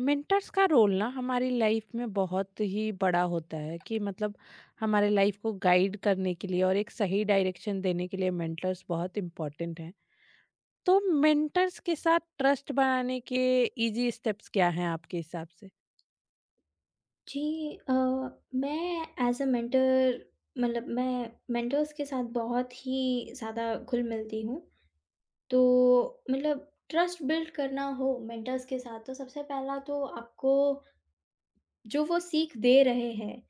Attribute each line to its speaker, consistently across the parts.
Speaker 1: Mentors का role ना हमारी लाइफ में बहुत ही बड़ा होता है कि मतलब हमारे लाइफ को गाइड करने के लिए और एक सही डायरेक्शन देने के लिए मेंटर्स बहुत इम्पोर्टेंट हैं। तो मेंटर्स के साथ ट्रस्ट बनाने के इजी स्टेप्स क्या हैं आपके हिसाब से?
Speaker 2: जी। अ, मैं एज़ अ मेंटर, मतलब मैं मेंटर्स के साथ बहुत ही ज़्यादा घुल-मिलती हूँ। तो मतलब ट्रस्ट बिल्ड करना हो मेंटर्स के साथ, तो सबसे पहला तो आपको जो वो सीख दे रहे हैं,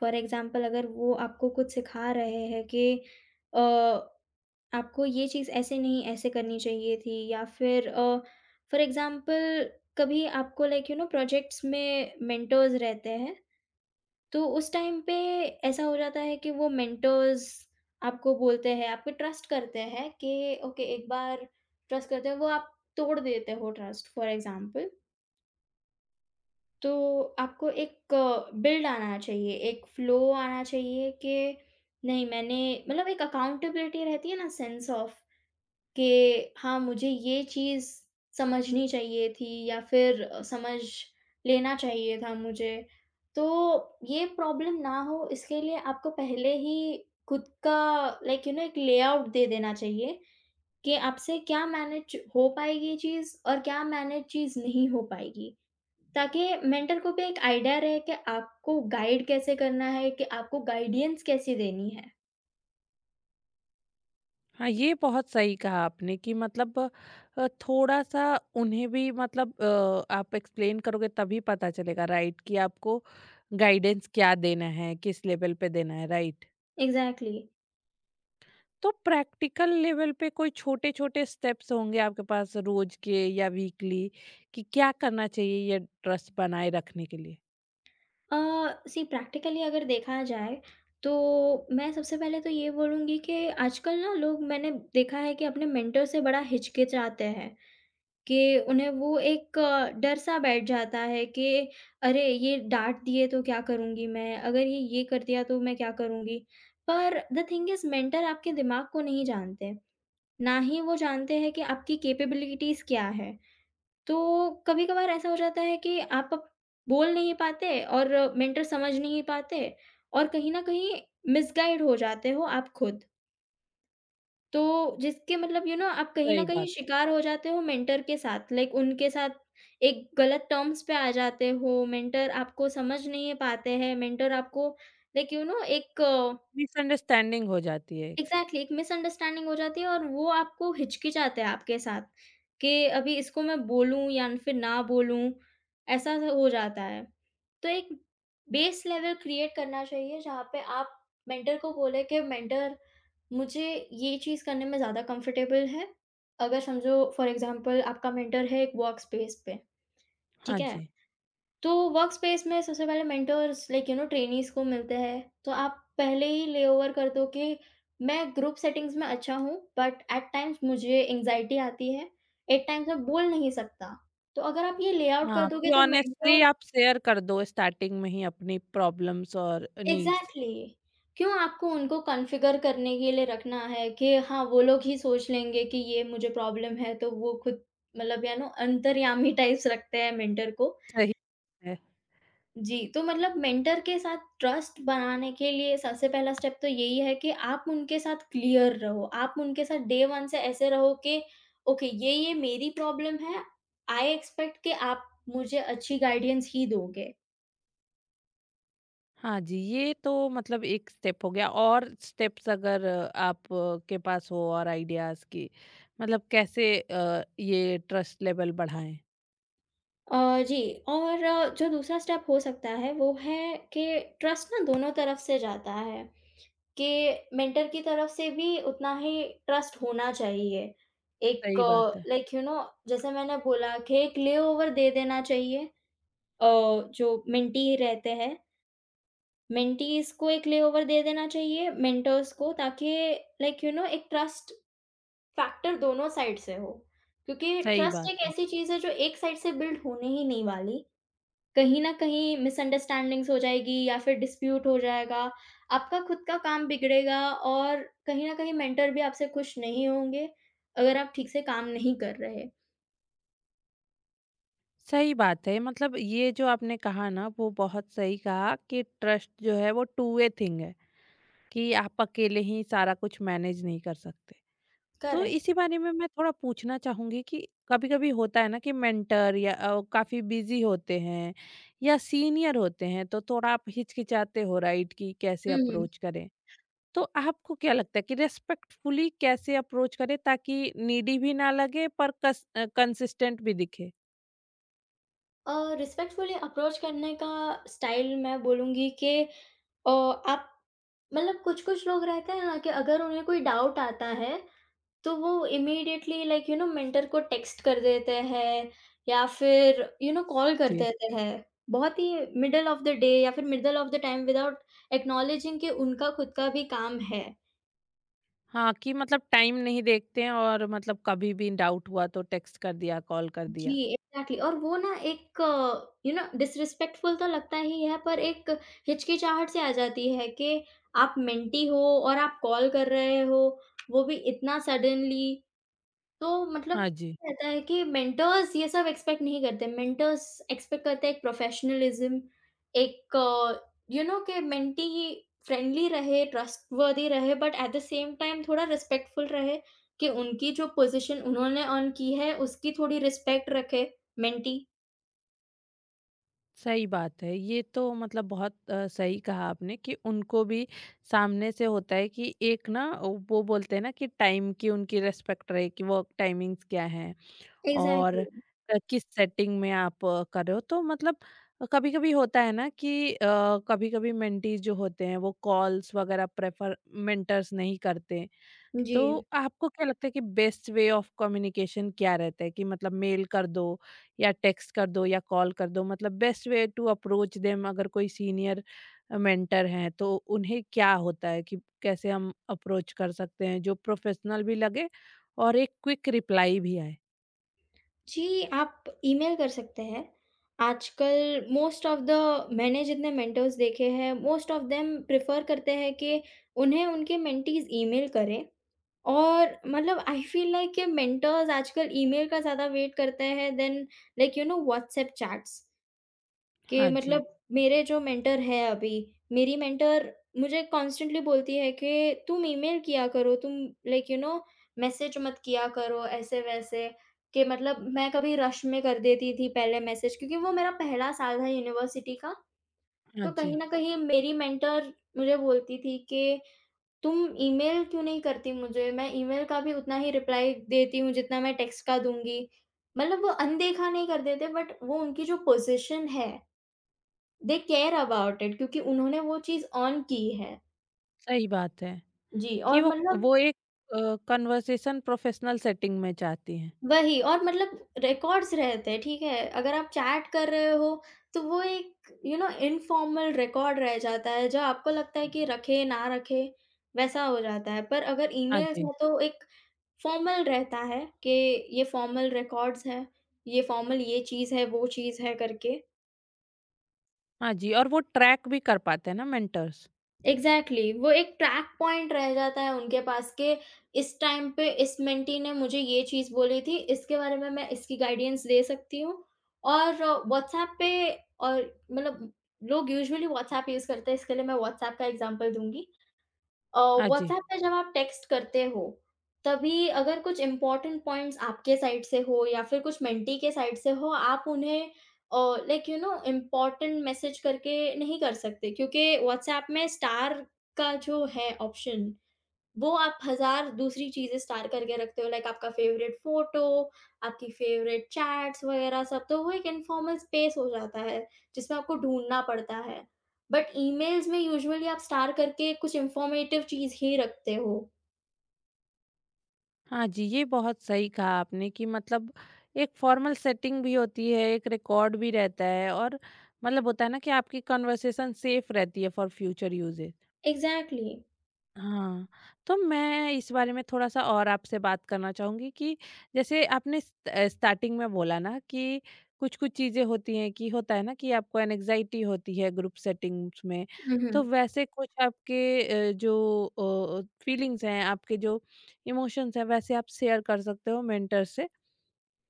Speaker 2: फॉर एग्ज़ाम्पल अगर वो आपको कुछ सिखा रहे हैं कि अ, आपको ये चीज़ ऐसे नहीं, ऐसे करनी चाहिए थी या फिर फॉर एग्ज़ाम्पल कभी आपको लाइक यू नो प्रोजेक्ट्स में मेंटर्स रहते हैं, तो उस टाइम पे ऐसा हो जाता है कि वो मेंटर्स आपको बोलते हैं, आप पे ट्रस्ट करते हैं कि ओके एक बार ट्रस्ट करते हैं, वो आप तोड़ देते हो ट्रस्ट फॉर एग्ज़ाम्पल। तो आपको एक बिल्ड आना चाहिए, एक फ्लो आना चाहिए कि नहीं, मैंने मतलब एक अकाउंटेबिलिटी रहती है ना, सेंस ऑफ कि हाँ, मुझे ये चीज़ समझनी चाहिए थी या फिर समझ लेना चाहिए था मुझे। तो ये प्रॉब्लम ना हो, इसके लिए आपको पहले ही खुद का लाइक यू नो एक लेआउट दे देना चाहिए कि आपसे क्या मैनेज हो पाएगी चीज़ और क्या मैनेज चीज़ नहीं हो पाएगी। ताकि मेंटर को भी एक आइडिया रहे कि आपको गाइड कैसे करना है, कि आपको गाइडेंस कैसी देनी है।
Speaker 1: हाँ, ये बहुत सही कहा आपने कि मतलब थोड़ा सा उन्हें भी मतलब आप एक्सप्लेन करोगे तभी पता चलेगा, राइट? कि आपको गाइडेंस क्या देना है, किस लेवल पे देना है, राइट?
Speaker 2: एग्ज़ैक्टली।
Speaker 1: तो प्रैक्टिकल लेवल पे कोई छोटे-छोटे स्टेप्स होंगे आपके पास रोज के या वीकली कि क्या करना चाहिए ये ट्रस्ट बनाए रखने के लिए?
Speaker 2: अ, सी प्रैक्टिकली अगर देखा जाए, तो मैं सबसे पहले तो ये बोलूँगी कि आजकल ना लोग, मैंने देखा है कि अपने मेंटर से बड़ा हिचकिचाते हैं, कि उन्हें वो एक डर-सा बैठ जाता है कि अरे! ये डाँट दिए तो क्या करूँगी मैं? अगर ये कर दिया तो मैं क्या करूँगी? पर द थिंग इज़ मेंटर आपके दिमाग को नहीं जानते, ना ही वो जानते हैं कि आपकी कैपेबिलिटीज़ क्या है। तो कभी-कभार ऐसा हो जाता है कि आप अब बोल नहीं पाते और मेंटर समझ नहीं पाते, और कहीं न कहीं मिसगाइड हो जाते हो आप खुद। तो जिसके मतलब यू नो आप कहीं न
Speaker 1: सही
Speaker 2: कहीं
Speaker 1: बात है।
Speaker 2: शिकार हो जाते हो मेंटर के साथ, लाइक उनके साथ एक गलत टर्म्स पे आ जाते हो, मेंटर आपको समझ नहीं पाते हैं, मेंटर आपको लाइक यू नो एक
Speaker 1: मिसअंडरस्टैंडिंग हो जाती है एक।
Speaker 2: एग्ज़ैक्टली एक मिसअंडरस्टैंडिंग हो जाती है, और वो आपको हिचकिचाते हैं आपके साथ, कि अभी इसको मैं बोलूँ या फिर ना बोलूँ, ऐसा सा हो जाता है। तो एक बेस लेवल क्रिएट करना चाहिए जहाँ पे आप मेंटर को बोले कि मेंटर, मुझे ये चीज़ करने में ज़्यादा कंफर्टेबल है। अगर समझो फॉर एग्ज़ाम्पल आपका मेंटर है एक वर्कस्पेस पे, ठीक
Speaker 1: हाँ
Speaker 2: है?
Speaker 1: जी।
Speaker 2: तो वर्क स्पेस में सबसे पहले mentors like you know trainees को मिलते हैं, तो आप पहले ही ले ओवर कर दो कि मैं ग्रुप सेटिंग्स में अच्छा हूँ, बट एट टाइम्स मुझे एंजाइटी आती है, एट टाइम्स मैं बोल नहीं सकता, तो अगर आप ये लेआउट कर
Speaker 1: हाँ,
Speaker 2: दोगे
Speaker 1: कि
Speaker 2: तो
Speaker 1: ऑनेस्टली
Speaker 2: मेंटोर
Speaker 1: आप शेयर कर दो स्टार्टिंग में ही अपनी प्रॉब्लम्स और नीड्स।
Speaker 2: एग्जैक्टली, क्यों आपको उनको कॉन्फ़िगर करने के लिए रखना है कि हाँ वो लोग ही सोच लेंगे कि ये मुझे प्रॉब्लम है, तो वो खुद मतलब या नो अंतर्यामी टाइप्स रखते हैं मेंटर को।
Speaker 1: सही है।
Speaker 2: जी, तो मतलब मेंटर के साथ ट्रस्ट बनाने के लिए सबसे पहला स्टेप तो यही है कि आप उनके साथ क्लियर रहो। आप उनके साथ डे 1 से ऐसे रहो कि ओके ये-ये मेरी प्रॉब्लम है, आई एक्सपेक्ट कि आप मुझे अच्छी गाइडेंस ही दोगे।
Speaker 1: हाँ जी, ये तो मतलब एक स्टेप हो गया। और स्टेप्स अगर आप के पास हो और आइडियाज़ कि मतलब कैसे अ, ये ट्रस्ट लेवल बढ़ाएँ?
Speaker 2: अ, जी। और जो दूसरा स्टेप हो सकता है वो है कि ट्रस्ट ना दोनों तरफ से जाता है। कि मेंटर की तरफ से भी उतना ही ट्रस्ट होना चाहिए। एक
Speaker 1: सही
Speaker 2: हुँ।
Speaker 1: बात है।
Speaker 2: लाइक यू नो, जैसे मैंने बोला कि एक लेओवर दे देना चाहिए, अ, जो मेंटी रहते हैं, मेंटीज़ को एक लेओवर दे देना चाहिए मेंटर्स को, ताकि लाइक यू नो एक ट्रस्ट फैक्टर दोनों साइड से हो। क्योंकि
Speaker 1: सही
Speaker 2: ट्रस्ट
Speaker 1: बात
Speaker 2: एक
Speaker 1: है।
Speaker 2: ऐसी चीज़ है जो एक साइड से बिल्ड होने ही नहीं वाली। कहीं न कहीं मिसअंडरस्टैंडिंग्स हो जाएगी या फिर डिस्प्यूट हो जाएगा, आपका खुद का काम बिगड़ेगा और कहीं न कहीं मेंटर भी आपसे खुश नहीं होंगे, अगर आप ठीक से काम नहीं कर रहे।
Speaker 1: सही बात है। मतलब ये जो आपने कहा ना वो बहुत सही कहा कि ट्रस्ट जो है वो टू वे थिंग है। कि आप अकेले ही सारा कुछ मैनेज नहीं कर सकते। तो
Speaker 2: करेक्ट।
Speaker 1: इसी बारे में मैं थोड़ा पूछना चाहूँगी कि कभी-कभी होता है ना कि मेंटर या काफ़ी बिज़ी होते हैं या सीनियर होते हैं, तो थोड़ा आप हिचकिचाते हो, राइट? कि कैसे
Speaker 2: हुँ।
Speaker 1: अप्रोच करें। तो आपको क्या लगता है कि रिस्पेक्टफुली कैसे अप्रोच करें ताकि नीडी भी ना लगे पर कंसिस्टेंट भी दिखे?
Speaker 2: अ, रिस्पेक्टफुली अप्रोच करने का स्टाइल मैं बोलूँगी कि आप मतलब कुछ-कुछ लोग रहते हैं ना, कि अगर उन्हें कोई डाउट आता है, तो वो immediately like you know mentor को टेक्स्ट कर देते हैं या फिर यू नो कॉल कर
Speaker 1: जी।
Speaker 2: देते हैं। बहुत ही मिडल ऑफ़ द डे या फिर middle of the time, without acknowledging कि उनका खुद का भी काम है।
Speaker 1: हाँ, कि मतलब टाइम नहीं देखते हैं और मतलब कभी भी डाउट हुआ तो टेक्स्ट कर दिया, कॉल कर
Speaker 2: जी,
Speaker 1: दिया।
Speaker 2: एग्ज़ैक्टली। और वो ना एक यू नो डिसरिस्पेक्टफुल तो लगता ही है, पर एक हिचकिचाहट सी आ जाती है कि आप मेंटी हो और आप कॉल कर रहे हो, वो भी इतना सडनली। तो मतलब
Speaker 1: हाँ जी,
Speaker 2: रहता है कि मेंटर्स ये सब एक्सपेक्ट नहीं करते। मेंटर्स एक्सपेक्ट करते हैं एक प्रोफेशनलिज़्म, एक यू नो, कि मेंटी ही फ्रेंडली रहे, ट्रस्टवर्थी रहे, but at the same time थोड़ा रिस्पेक्टफुल रहे, कि उनकी जो पोज़ीशन उन्होंने अर्न की है, उसकी थोड़ी रिस्पेक्ट रखे मेंटी।
Speaker 1: सही बात है। ये तो मतलब बहुत सही कहा आपने कि उनको भी सामने से होता है कि एक ना वो बोलते हैं ना कि टाइम की उनकी रिस्पेक्ट रहे कि वो टाइमिंग्स क्या हैं और
Speaker 2: एग्ज़ैक्टली,
Speaker 1: किस सेटिंग में आप कर रहे हो। तो मतलब कभी-कभी होता है ना कि कभी-कभी मेंटीज़ जो होते हैं वो कॉल्स वगैरह प्रेफर मेंटर्स नहीं करते।
Speaker 2: जी।
Speaker 1: तो आपको क्या लगता है कि बेस्ट वे ऑफ कम्युनिकेशन क्या रहता है कि मतलब मेल कर दो या टेक्स्ट कर दो या कॉल कर दो? मतलब best way to approach them अगर कोई सीनियर मेंटर हैं तो उन्हें क्या होता है कि कैसे हम अप्रोच कर सकते हैं जो प्रोफेशनल भी लगे और एक क्विक रिप्लाई भी आए।
Speaker 2: जी, आप ईमेल कर सकते हैं। आजकल मोस्ट ऑफ़ द, मैंने जितने मेंटर्स देखे हैं, मोस्ट ऑफ़ देम प्रेफ़र करते हैं कि उन्हें उनके मेंटीज़ ईमेल करें, और मतलब आई फ़ील लाइक कि मेंटर्स आजकल ईमेल का ज़्यादा वेट करते हैं then like you know WhatsApp chats. कि
Speaker 1: हाँ जी।
Speaker 2: मतलब मेरे जो मेंटर है अभी, मेरी मेंटर मुझे कॉन्स्टेंटली बोलती है कि तुम ईमेल किया करो, तुम लाइक यू नो मैसेज मत किया करो ऐसे-वैसे, कि मतलब मैं कभी रश में कर देती थी पहले मैसेज, क्योंकि वो मेरा पहला साल था यूनिवर्सिटी का,
Speaker 1: हाँ
Speaker 2: तो
Speaker 1: जी।
Speaker 2: कहीं न कहीं मेरी मेंटर मुझे बोलती थी कि तुम ईमेल क्यों नहीं करती मुझे? मैं ईमेल का भी उतना ही रिप्लाई देती हूँ जितना मैं टेक्स्ट का दूँगी। मतलब वो अनदेखा नहीं कर देते, बट वो उनकी जो पोज़ीशन है, दे केयर अबाउट इट, क्योंकि उन्होंने वो चीज़ ऑन की है।
Speaker 1: सही बात है।
Speaker 2: जी,
Speaker 1: कि
Speaker 2: और मतलब
Speaker 1: वो एक कन्वर्सेशन प्रोफेशनल सेटिंग में चाहती हैं।
Speaker 2: वही, और मतलब रिकॉर्ड्स रहते हैं, ठीक है? अगर आप चैट कर रहे हो, तो वो एक यू नो इन्फॉर्मल रिकॉर्ड रह जाता है, जो आपको लगता है कि रखे ना रखे, वैसा हो जाता है। पर अगर
Speaker 1: हाँ
Speaker 2: ईमेल्स
Speaker 1: जी।
Speaker 2: हैं, तो एक फॉर्मल रहता है कि ये फॉर्मल रिकॉर्ड्स हैं, ये फॉर्मल ये चीज़ है, वो चीज़ है करके।
Speaker 1: हाँ जी, और वो ट्रैक भी कर पाते हैं ना मेंटर्स।
Speaker 2: Exactly exactly. वो एक ट्रैक पॉइंट रह जाता है उनके पास के, इस टाइम पे इस मेंटी ने मुझे ये चीज़ बोली थी, इसके बारे में मैं इसकी गाइडेंस दे सकती हूँ। और व्हाट्सएप पे, और मतलब लोग यूजुअली व्हाट्सएप यूज़ करते हैं, इसके लिए मैं व्हाट्सएप का एग्जांपल दूँगी। अ,
Speaker 1: हाँ जी।
Speaker 2: व्हाट्सऐप पे जब आप टेक्स्ट करते हो, तभी अगर कुछ इम्पोर्टेंट पॉइंट्स आपके साइड से हो या फिर कुछ मेंटी के साइड से हो, आप उन्हें uh, like you know important message करके नहीं कर सकते, क्योंकि व्हाट्सऐप में स्टार का जो है ऑप्शन, वो आप हज़ार दूसरी चीज़ें स्टार करके रखते हो, लाइक आपका फ़ेवरेट फ़ोटो, आपकी फ़ेवरेट चैट्स वग़ैरह सब, तो वो एक इन्फॉर्मल स्पेस हो जाता है, जिसमें आपको ढूँढना पड़ता है। बट ईमेल्स में यूजुअली आप स्टार करके कुछ इन्फॉर्मेटिव चीज़ ही रखते हो।
Speaker 1: हाँ जी, ये बहुत सही कहा आपने कि मतलब एक फॉर्मल सेटिंग भी होती है, एक रिकॉर्ड भी रहता है और मतलब होता है ना कि आपकी कन्वर्सेशन सेफ रहती है फॉर फ्यूचर यूजेस।
Speaker 2: एग्ज़ैक्टली।
Speaker 1: हाँ, तो मैं इस बारे में थोड़ा-सा और आपसे बात करना चाहूँगी कि जैसे आपने स्टार्टिंग में बोला ना कि कुछ-कुछ चीज़ें होती हैं कि होता है ना कि आपको एंग्ज़ायटी होती है ग्रुप सेटिंग्स में।
Speaker 2: हुँ,
Speaker 1: तो
Speaker 2: हुँ।
Speaker 1: वैसे कुछ आपके जो फीलिंग्स हैं, आपके जो इमोशंस हैं, वैसे आप शेयर कर सकते हो मेंटर से।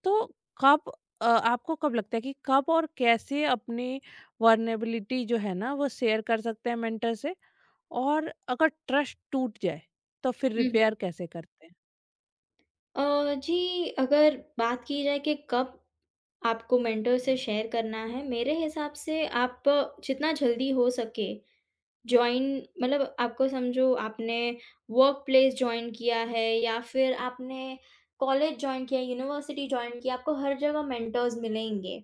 Speaker 1: तो कब आपको कब लगता है कि कब और कैसे अपनी वल्नरेबिलिटी जो है ना, वो शेयर कर सकते हैं मेंटर से? और अगर ट्रस्ट टूट जाए तो फिर
Speaker 2: हुँ, हुँ।
Speaker 1: रिपेयर कैसे करते हैं?
Speaker 2: जी, अगर बात की जाए कि कब आपको मेंटर से शेयर करना है, मेरे हिसाब से आप जितना जल्दी हो सके जॉइन, मतलब आपको समझो आपने वर्क प्लेस जॉइन किया है या फिर आपने कॉलेज जॉइन किया, यूनिवर्सिटी जॉइन किया, आपको हर जगह मेंटर्स मिलेंगे,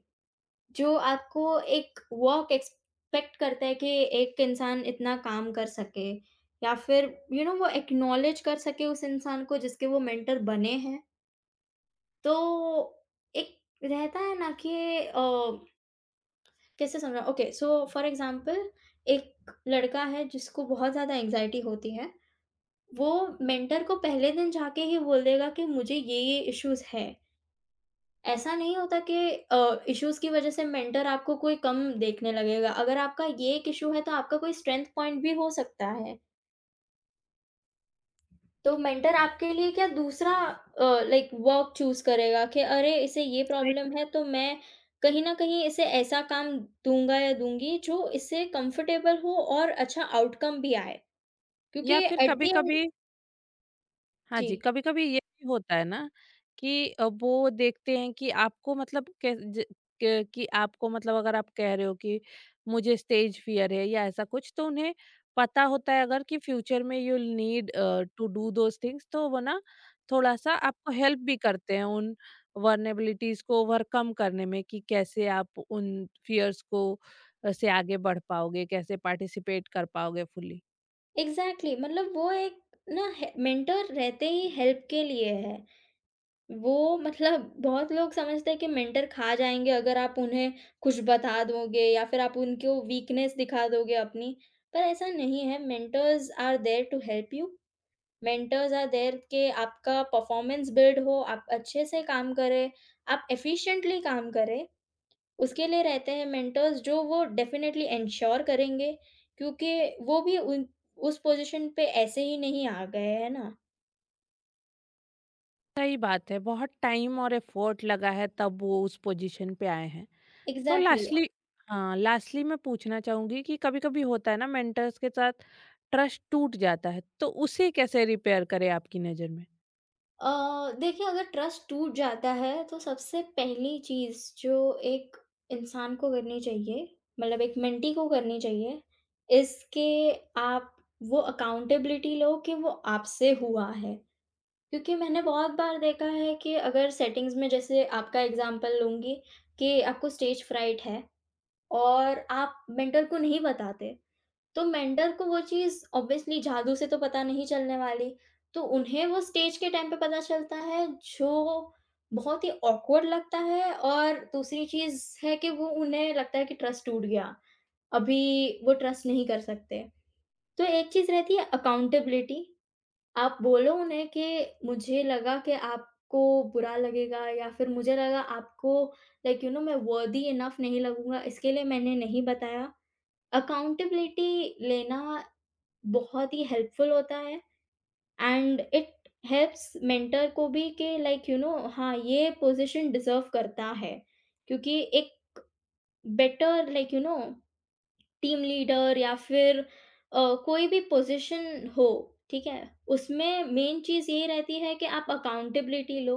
Speaker 2: जो आपको एक वर्क एक्सपेक्ट करता है कि एक इंसान इतना काम कर सके या फिर यू you नो know, वो एक्नॉलेज कर सके उस इंसान को जिसके वो मेंटर बने हैं। तो एक रहता है ना कि अ, कैसे समझाऊँ? ओके सो फॉर एग्ज़ाम्पल एक लड़का है जिसको बहुत ज़्यादा एंग्ज़ायटी होती है। वो मेंटर को पहले दिन जाके ही बोल देगा कि मुझे ये-ये इश्यूज़ हैं। ऐसा नहीं होता कि इश्यूज़ की वज़ह से मेंटर आपको कोई कम देखने लगेगा। अगर आपका ये एक इश्यू है तो आपका कोई स्ट्रेंथ पॉइंट भी हो सकता है। तो मेंटर आपके लिए क्या दूसरा लाइक वर्क चूज़ करेगा कि अरे इसे ये
Speaker 1: सही।
Speaker 2: प्रॉब्लम है, तो मैं कहीं न कहीं इसे ऐसा काम दूँगा या दूँगी जो इससे कंफर्टेबल हो और अच्छा आउटकम भी आए।
Speaker 1: या
Speaker 2: क्योंकि
Speaker 1: फिर
Speaker 2: एट द एंड।
Speaker 1: कभी-कभी हाँ
Speaker 2: जी।
Speaker 1: जी, कभी-कभी ये भी होता है ना कि वो देखते हैं कि आपको मतलब कै ज क कि आपको मतलब अगर आप कह रहे हो कि मुझे स्टेज फ़ियर है या ऐसा कुछ, तो उन्हें पता होता है अगर कि फ्यूचर में you will need to do those things, तो वो ना थोड़ा-सा आपको हेल्प भी करते हैं उन वल्नरेबिलिटीज़ को ओवरकम करने में कि कैसे आप उन फ़ियर्स को से आगे बढ़ पाओगे, कैसे पार्टिसिपेट कर पाओगे फुल्ली?
Speaker 2: एग्ज़ैक्टली, मतलब वो एक ना हे मेंटर रहते ही हेल्प के लिए है। वो मतलब बहुत लोग समझते हैं कि मेंटर खा जाएँगे अगर आप उन्हें कुछ बता दोगे या फिर आप उनको वीकनेस दिखा दोगे अपनी, पर ऐसा नहीं है, mentors are there to help you. Mentors are there कि आपका परफॉर्मेंस बिल्ड हो, आप अच्छे से काम करें, आप एफिशिएंटली काम करें। उसके लिए रहते हैं मेंटर्स, जो वो डेफ़िनेटली एन्श्योर करेंगे, क्योंकि वो भी उन उस पोज़ीशन पे ऐसे ही नहीं आ गए, है ना?
Speaker 1: सही बात है, बहुत टाइम और एफर्ट लगा है तब वो उस पोजीशन पे आए हैं। तो
Speaker 2: एग्ज़ैक्टली।
Speaker 1: लास्टली हाँ, लास्टली मैं पूछना चाहूँगी कि कभी-कभी होता है ना मेंटर्स के साथ ट्रस्ट टूट जाता है, तो उसे कैसे रिपेयर करें आपकी नज़र में?
Speaker 2: देखिए, अगर ट्रस्ट टूट जाता है तो सबसे पहली चीज़ जो एक इंसान को करनी चाहिए, मतलब एक मेंटी को करनी चाहिए, इज़ के आप वो अकाउंटेबिलिटी लो कि वो आपसे हुआ है। क्योंकि मैंने बहुत बार देखा है कि अगर सेटिंग्स में, जैसे आपका एग्ज़ाम्पल लूँगी कि आपको स्टेज फ्राइट है, और आप मेंटर को नहीं बताते, तो मेंटर को वो चीज़ ऑब्वियसली जादू से तो पता नहीं चलने वाली, तो उन्हें वो स्टेज के टाइम पे पता चलता है, जो बहुत ही ऑकवर्ड लगता है, और दूसरी चीज़ है कि वो उन्हें लगता है कि ट्रस्ट टूट गया, अभी वो ट्रस्ट नहीं कर सकते। तो एक चीज़ रहती है अकाउंटेबिलिटी, आप बोलो उन्हें कि मुझे लगा कि आपको बुरा लगेगा या फिर मुझे लगा आपको लाइक यू नो मैं वर्दी इनफ नहीं लगूँगा, इसके लिए मैंने नहीं बताया। अकाउंटेबिलिटी लेना बहुत ही हेल्पफुल होता है, एंड इट हेल्प्स मेंटर को भी कि लाइक यू नो हाँ, ये पोजीशन डिजर्व करता है, क्योंकि एक better like you know team leader या फिर कोई भी पोजीशन हो, ठीक है, उसमें मेन चीज़ ये रहती है कि आप अकाउंटेबिलिटी लो,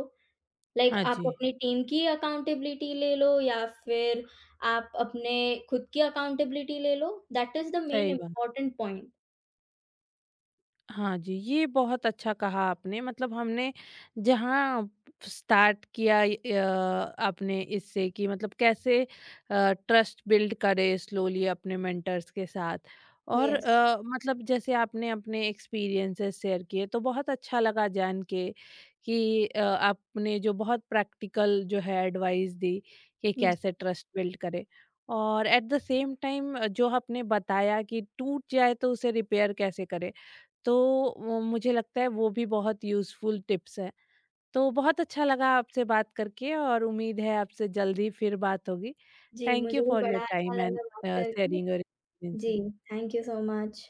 Speaker 2: लाइक
Speaker 1: हाँ
Speaker 2: आप
Speaker 1: जी,
Speaker 2: अपनी टीम की अकाउंटेबिलिटी ले लो या फिर आप अपने खुद की अकाउंटेबिलिटी ले लो, दैट इज द मेन
Speaker 1: सही बात।
Speaker 2: Important point.
Speaker 1: हाँ जी, ये बहुत अच्छा कहा आपने। मतलब हमने जहाँ स्टार्ट किया आपने इससे कि मतलब कैसे ट्रस्ट बिल्ड करें स्लोली अपने मेंटर्स के साथ और
Speaker 2: यस।
Speaker 1: मतलब जैसे आपने अपने एक्सपीरियंसेस शेयर किए तो बहुत अच्छा लगा जान के कि आपने जो बहुत प्रैक्टिकल जो है एडवाइस दी कि
Speaker 2: जी,
Speaker 1: कैसे ट्रस्ट बिल्ड करें। और एट द सेम टाइम जो आपने बताया कि टूट जाए तो उसे रिपेयर कैसे करें। तो वो मुझे लगता है वो भी बहुत यूज़फुल टिप्स है। तो बहुत अच्छा लगा आपसे बात करके और उम्मीद है आपसे जल्दी फिर बात होगी।
Speaker 2: जी,
Speaker 1: थैंक
Speaker 2: मुझे
Speaker 1: यू
Speaker 2: भी
Speaker 1: फॉर
Speaker 2: बड़ा
Speaker 1: योर
Speaker 2: अच्छा
Speaker 1: टाइम एंड
Speaker 2: लगा बात करके।
Speaker 1: शेयरिंग योर
Speaker 2: जी,
Speaker 1: experiences.
Speaker 2: Thank you so much.